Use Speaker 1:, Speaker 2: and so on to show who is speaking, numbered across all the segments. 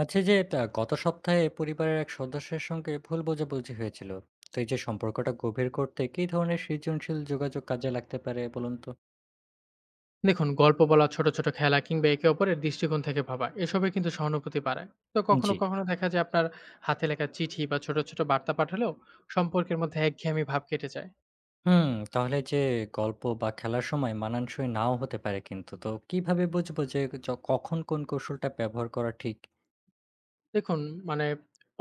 Speaker 1: আচ্ছা, এই যে তা গত সপ্তাহে পরিবারের এক সদস্যের সঙ্গে ভুল বোঝাবুঝি হয়েছিল। তো এই যে সম্পর্কটা গভীর করতে কি ধরনের সৃজনশীল যোগাযোগ কাজে লাগতে পারে, বলুন তো?
Speaker 2: দেখুন, গল্প বলা, ছোট ছোট খেলা কিংবা একে অপরের দৃষ্টিকোণ থেকে ভাবা এসবে কিন্তু সহানুভূতি বাড়ায়। তো কখনো
Speaker 1: জি।
Speaker 2: কখনো দেখা যায় আপনার হাতে লেখা চিঠি বা ছোট ছোট বার্তা পাঠালেও সম্পর্কের মধ্যে একঘেয়েমি ভাব কেটে যায়।
Speaker 1: হুম। তাহলে যে গল্প বা খেলার সময় মানানসই নাও হতে পারে, কিন্তু তো কিভাবে বুঝবো যে কখন কোন কৌশলটা ব্যবহার করা ঠিক?
Speaker 2: দেখুন, মানে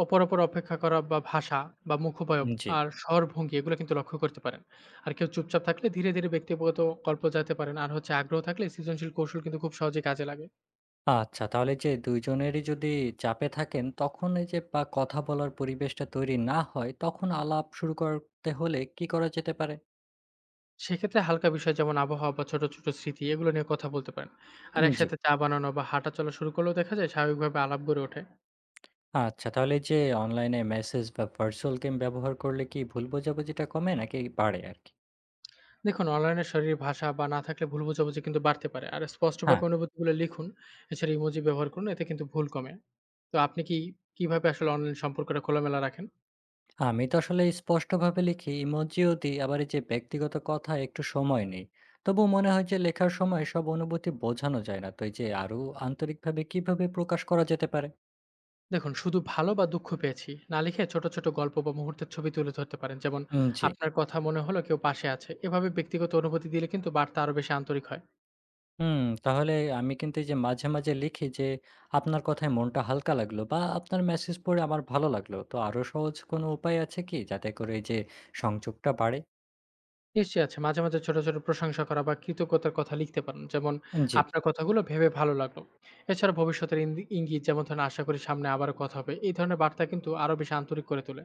Speaker 2: অপর অপর অপেক্ষা করা বা ভাষা বা মুখোপায়ব
Speaker 1: জি।
Speaker 2: আর স্বরভঙ্গি এগুলো কিন্তু লক্ষ্য করতে পারেন। আর কেউ চুপচাপ থাকলে ধীরে ধীরে ব্যক্তিগত গল্প জানতে পারেন, আর হচ্ছে আগ্রহ থাকলে সৃজনশীল কৌশল কিন্তু খুব সহজে কাজে লাগে।
Speaker 1: আচ্ছা, তাহলে যে দুইজনেরই যদি চাপে থাকেন, তখন এই যে বা কথা বলার পরিবেশটা তৈরি না হয়, তখন আলাপ শুরু করতে হলে কি করা যেতে পারে?
Speaker 2: সেক্ষেত্রে হালকা বিষয় যেমন আবহাওয়া বা ছোট, ছোট স্মৃতি এগুলো নিয়ে কথা বলতে পারেন। আর
Speaker 1: জি।
Speaker 2: একসাথে চা বানানো বা হাঁটা চলা শুরু করলেও দেখা যায় স্বাভাবিকভাবে আলাপ গড়ে ওঠে।
Speaker 1: আচ্ছা, তাহলে এই যে অনলাইনে মেসেজ বা ভার্চুয়াল গেম ব্যবহার করলে কি ভুল বোঝাবুঝিটা কমে নাকি বাড়ে আরকি?
Speaker 2: দেখুন, অনলাইনে শরীরের ভাষা বা না থাকলে ভুল বোঝাবুঝি কিন্তু বাড়তে পারে। আর
Speaker 1: হ্যাঁ,
Speaker 2: স্পষ্টভাবে অনুভূতিগুলো লিখুন। এছাড়া ইমোজি ব্যবহার করুন, এতে কিন্তু ভুল কমে। তো আপনি কি কিভাবে আসলে অনলাইন সম্পর্কটা খোলামেলা রাখেন?
Speaker 1: আমি তো আসলে স্পষ্টভাবে লিখি, ইমোজিও দিই, আবার এই যে ব্যক্তিগত কথা একটু সময় নেই। তবুও মনে হয় যে লেখার সময় সব অনুভূতি বোঝানো যায় না। তো এই যে আরো আন্তরিকভাবে কিভাবে প্রকাশ করা যেতে পারে?
Speaker 2: দেখুন, শুধু ভালো বা দুঃখ পেয়েছি না লিখে ছোট, ছোট গল্প বা মুহূর্তের ছবি তুলে ধরতে পারেন। যেমন
Speaker 1: জি।
Speaker 2: আপনার কথা মনে হলো কেউ পাশে আছে। এভাবে ব্যক্তিগত অনুভূতি দিলে কিন্তু বার্তা আরো বেশি আন্তরিক হয়।
Speaker 1: হুম, তাহলে আমি কিন্তু এই যে মাঝে, মাঝে লিখি যে আপনার কথায় মনটা হালকা লাগলো বা আপনার মেসেজ পড়ে আমার ভালো লাগলো। তো আরো সহজ কোনো উপায় আছে কি যাতে করে এই যে সংযোগটা বাড়ে?
Speaker 2: নিশ্চয়ই আছে। মাঝে, মাঝে ছোট, ছোট প্রশংসা করা বা কৃতজ্ঞতার কথা লিখতে পারেন। যেমন
Speaker 1: জি।
Speaker 2: আপনার কথাগুলো ভেবে ভালো লাগলো। এছাড়া ভবিষ্যতের ইঙ্গিত যেমন ধরেন আশা করি সামনে আবারও কথা হবে। এই ধরনের বার্তা কিন্তু আরো বেশি আন্তরিক করে তোলে।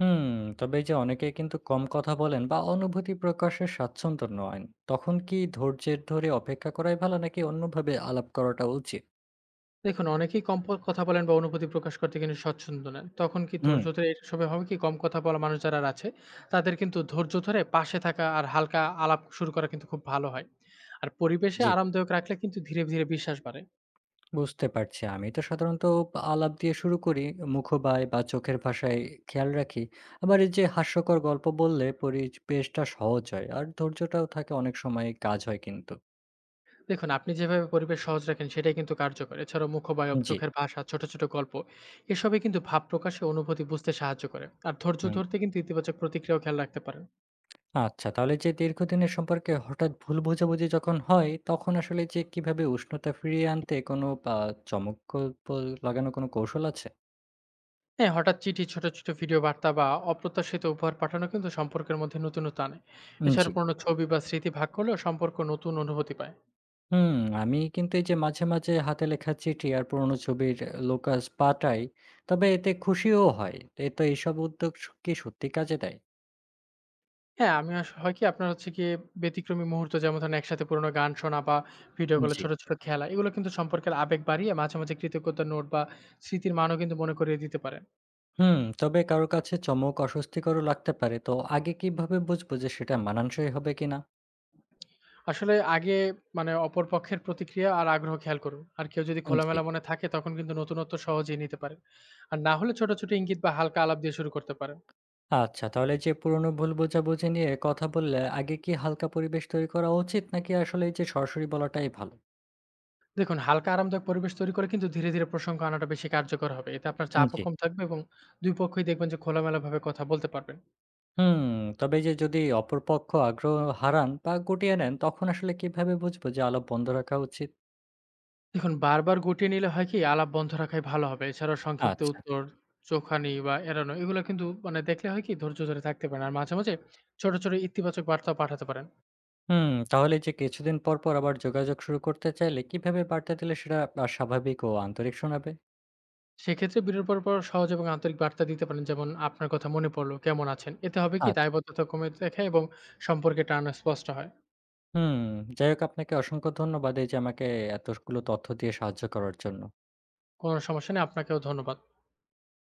Speaker 1: হুম, তবে এই যে অনেকেই কিন্তু কম কথা বলেন বা অনুভূতি প্রকাশে স্বাচ্ছন্দ্য নন, তখন কি ধৈর্যের ধরে অপেক্ষা করাই ভালো নাকি অন্যভাবে আলাপ করাটা উচিত?
Speaker 2: দেখুন, অনেকেই কম কথা বলেন বা অনুভূতি প্রকাশ করতে কিন্তু স্বচ্ছন্দ নেন। তখন কি
Speaker 1: হুম।
Speaker 2: ধৈর্য ধরে এসবে হবে কি কম কথা বলা মানুষ যারা আছে তাদের কিন্তু ধৈর্য ধরে পাশে থাকা আর হালকা আলাপ শুরু করা কিন্তু খুব ভালো হয়। আর পরিবেশে
Speaker 1: জি,
Speaker 2: আরামদায়ক রাখলে কিন্তু ধীরে, ধীরে বিশ্বাস বাড়ে।
Speaker 1: বুঝতে পারছি। আমি তো সাধারণত আলাপ দিয়ে শুরু করি, মুখবায় বা চোখের ভাষায় খেয়াল রাখি। আবার এই যে হাস্যকর গল্প বললে পরিবেশটা সহজ হয় আর ধৈর্যটাও থাকে, অনেক সময় কাজ হয় কিন্তু।
Speaker 2: দেখুন, আপনি যেভাবে পরিবেশ সহজ রাখেন সেটাই কিন্তু কার্যকর। এছাড়াও মুখবায়ব,
Speaker 1: জি।
Speaker 2: চোখের ভাষা, ছোট, ছোট গল্প এসবই কিন্তু ভাব প্রকাশে অনুভূতি বুঝতে সাহায্য করে। আর ধৈর্য
Speaker 1: হুম।
Speaker 2: ধরতে কিন্তু ইতিবাচক প্রতিক্রিয়াও খেয়াল রাখতে পারেন।
Speaker 1: আচ্ছা, তাহলে যে দীর্ঘদিনের সম্পর্কে হঠাৎ ভুল বোঝাবুঝি যখন হয়, তখন আসলে যে কিভাবে উষ্ণতা ফিরিয়ে আনতে কোনো আ চমকপ্রদ লাগানো কোনো কৌশল আছে?
Speaker 2: হ্যাঁ, হঠাৎ চিঠি, ছোট, ছোট ভিডিও বার্তা বা অপ্রত্যাশিত উপহার পাঠানো কিন্তু সম্পর্কের মধ্যে নতুনত্ব আনে।
Speaker 1: জি।
Speaker 2: এছাড়া পুরনো ছবি বা স্মৃতি ভাগ করলেও সম্পর্ক নতুন অনুভূতি পায়।
Speaker 1: হুম, আমি কিন্তু এই যে মাঝে, মাঝে হাতে লেখা চিঠি আর পুরোনো ছবির লোকাস পাঠাই। তবে এতে খুশিও হয়। এতে এইসব উদ্যোগ কি সত্যি কাজে দেয়?
Speaker 2: হ্যাঁ, আমি আস হয় কি আপনার হচ্ছে গিয়ে ব্যতিক্রমী মুহূর্ত যেমন ধরেন একসাথে পুরোনো গান শোনা বা ভিডিও কলে
Speaker 1: জি।
Speaker 2: ছোট, ছোট খেলা এগুলো কিন্তু সম্পর্কের আবেগ বাড়িয়ে মাঝে, মাঝে কৃতজ্ঞতার নোট বা স্মৃতির মানও কিন্তু মনে করিয়ে দিতে পারে।
Speaker 1: হুম, তবে কারো কাছে চমক অস্বস্তিকরও লাগতে পারে। তো আগে কিভাবে বুঝবো যে সেটা মানানসই হবে কিনা?
Speaker 2: আসলে আগে, মানে অপর পক্ষের প্রতিক্রিয়া আর আগ্রহ খেয়াল করুন। আর কেউ যদি
Speaker 1: জি।
Speaker 2: খোলামেলা মনে থাকে তখন কিন্তু নতুনত্ব সহজেই নিতে পারেন। আর না হলে ছোট, ছোট ইঙ্গিত বা হালকা আলাপ দিয়ে শুরু করতে পারেন।
Speaker 1: আচ্ছা, তাহলে যে পুরনো ভুল বোঝাবুঝি নিয়ে কথা বললে আগে কি হালকা পরিবেশ তৈরি করা উচিত? নাকি আসলে এই যে সরাসরি বলাটাই ভালো?
Speaker 2: দেখুন, হালকা আরামদায়ক পরিবেশ তৈরি করে কিন্তু ধীরে, ধীরে প্রসঙ্গ আনাটা বেশি কার্যকর হবে। এতে আপনার চাপও
Speaker 1: জি।
Speaker 2: কম থাকবে এবং ২ পক্ষই দেখবেন যে খোলামেলাভাবে কথা বলতে পারবেন।
Speaker 1: হুম, তবে এই যে যদি অপরপক্ষ আগ্রহ হারান বা গুটিয়ে নেন, তখন আসলে কিভাবে বুঝবো যে আলাপ বন্ধ রাখা উচিত?
Speaker 2: দেখুন, বারবার গুটিয়ে নিলে হয় কি আলাপ বন্ধ রাখাই ভালো হবে। এছাড়াও সংক্ষিপ্ত
Speaker 1: আচ্ছা।
Speaker 2: উত্তর, চোখানি বা এড়ানো এগুলো কিন্তু মানে দেখলে হয় কি ধৈর্য ধরে থাকতে পারেন। আর মাঝে, মাঝে ছোট, ছোট ইতিবাচক বার্তাও পাঠাতে পারেন।
Speaker 1: হুম, তাহলে যে কিছুদিন পর, পর আবার যোগাযোগ শুরু করতে চাইলে কিভাবে বার্তা দিলে সেটা স্বাভাবিক ও আন্তরিক শোনাবে?
Speaker 2: সেক্ষেত্রে বিরতির পর, পর সহজ এবং আন্তরিক বার্তা দিতে পারেন। যেমন, "আপনার কথা মনে পড়লো, কেমন আছেন?" এতে হবে কি
Speaker 1: আচ্ছা।
Speaker 2: দায়বদ্ধতা কমে দেখে এবং সম্পর্কে টান স্পষ্ট হয়।
Speaker 1: হুম, যাই হোক, আপনাকে অসংখ্য ধন্যবাদ এই যে আমাকে এতগুলো তথ্য দিয়ে সাহায্য করার জন্য।
Speaker 2: কোনো সমস্যা নেই, আপনাকেও ধন্যবাদ।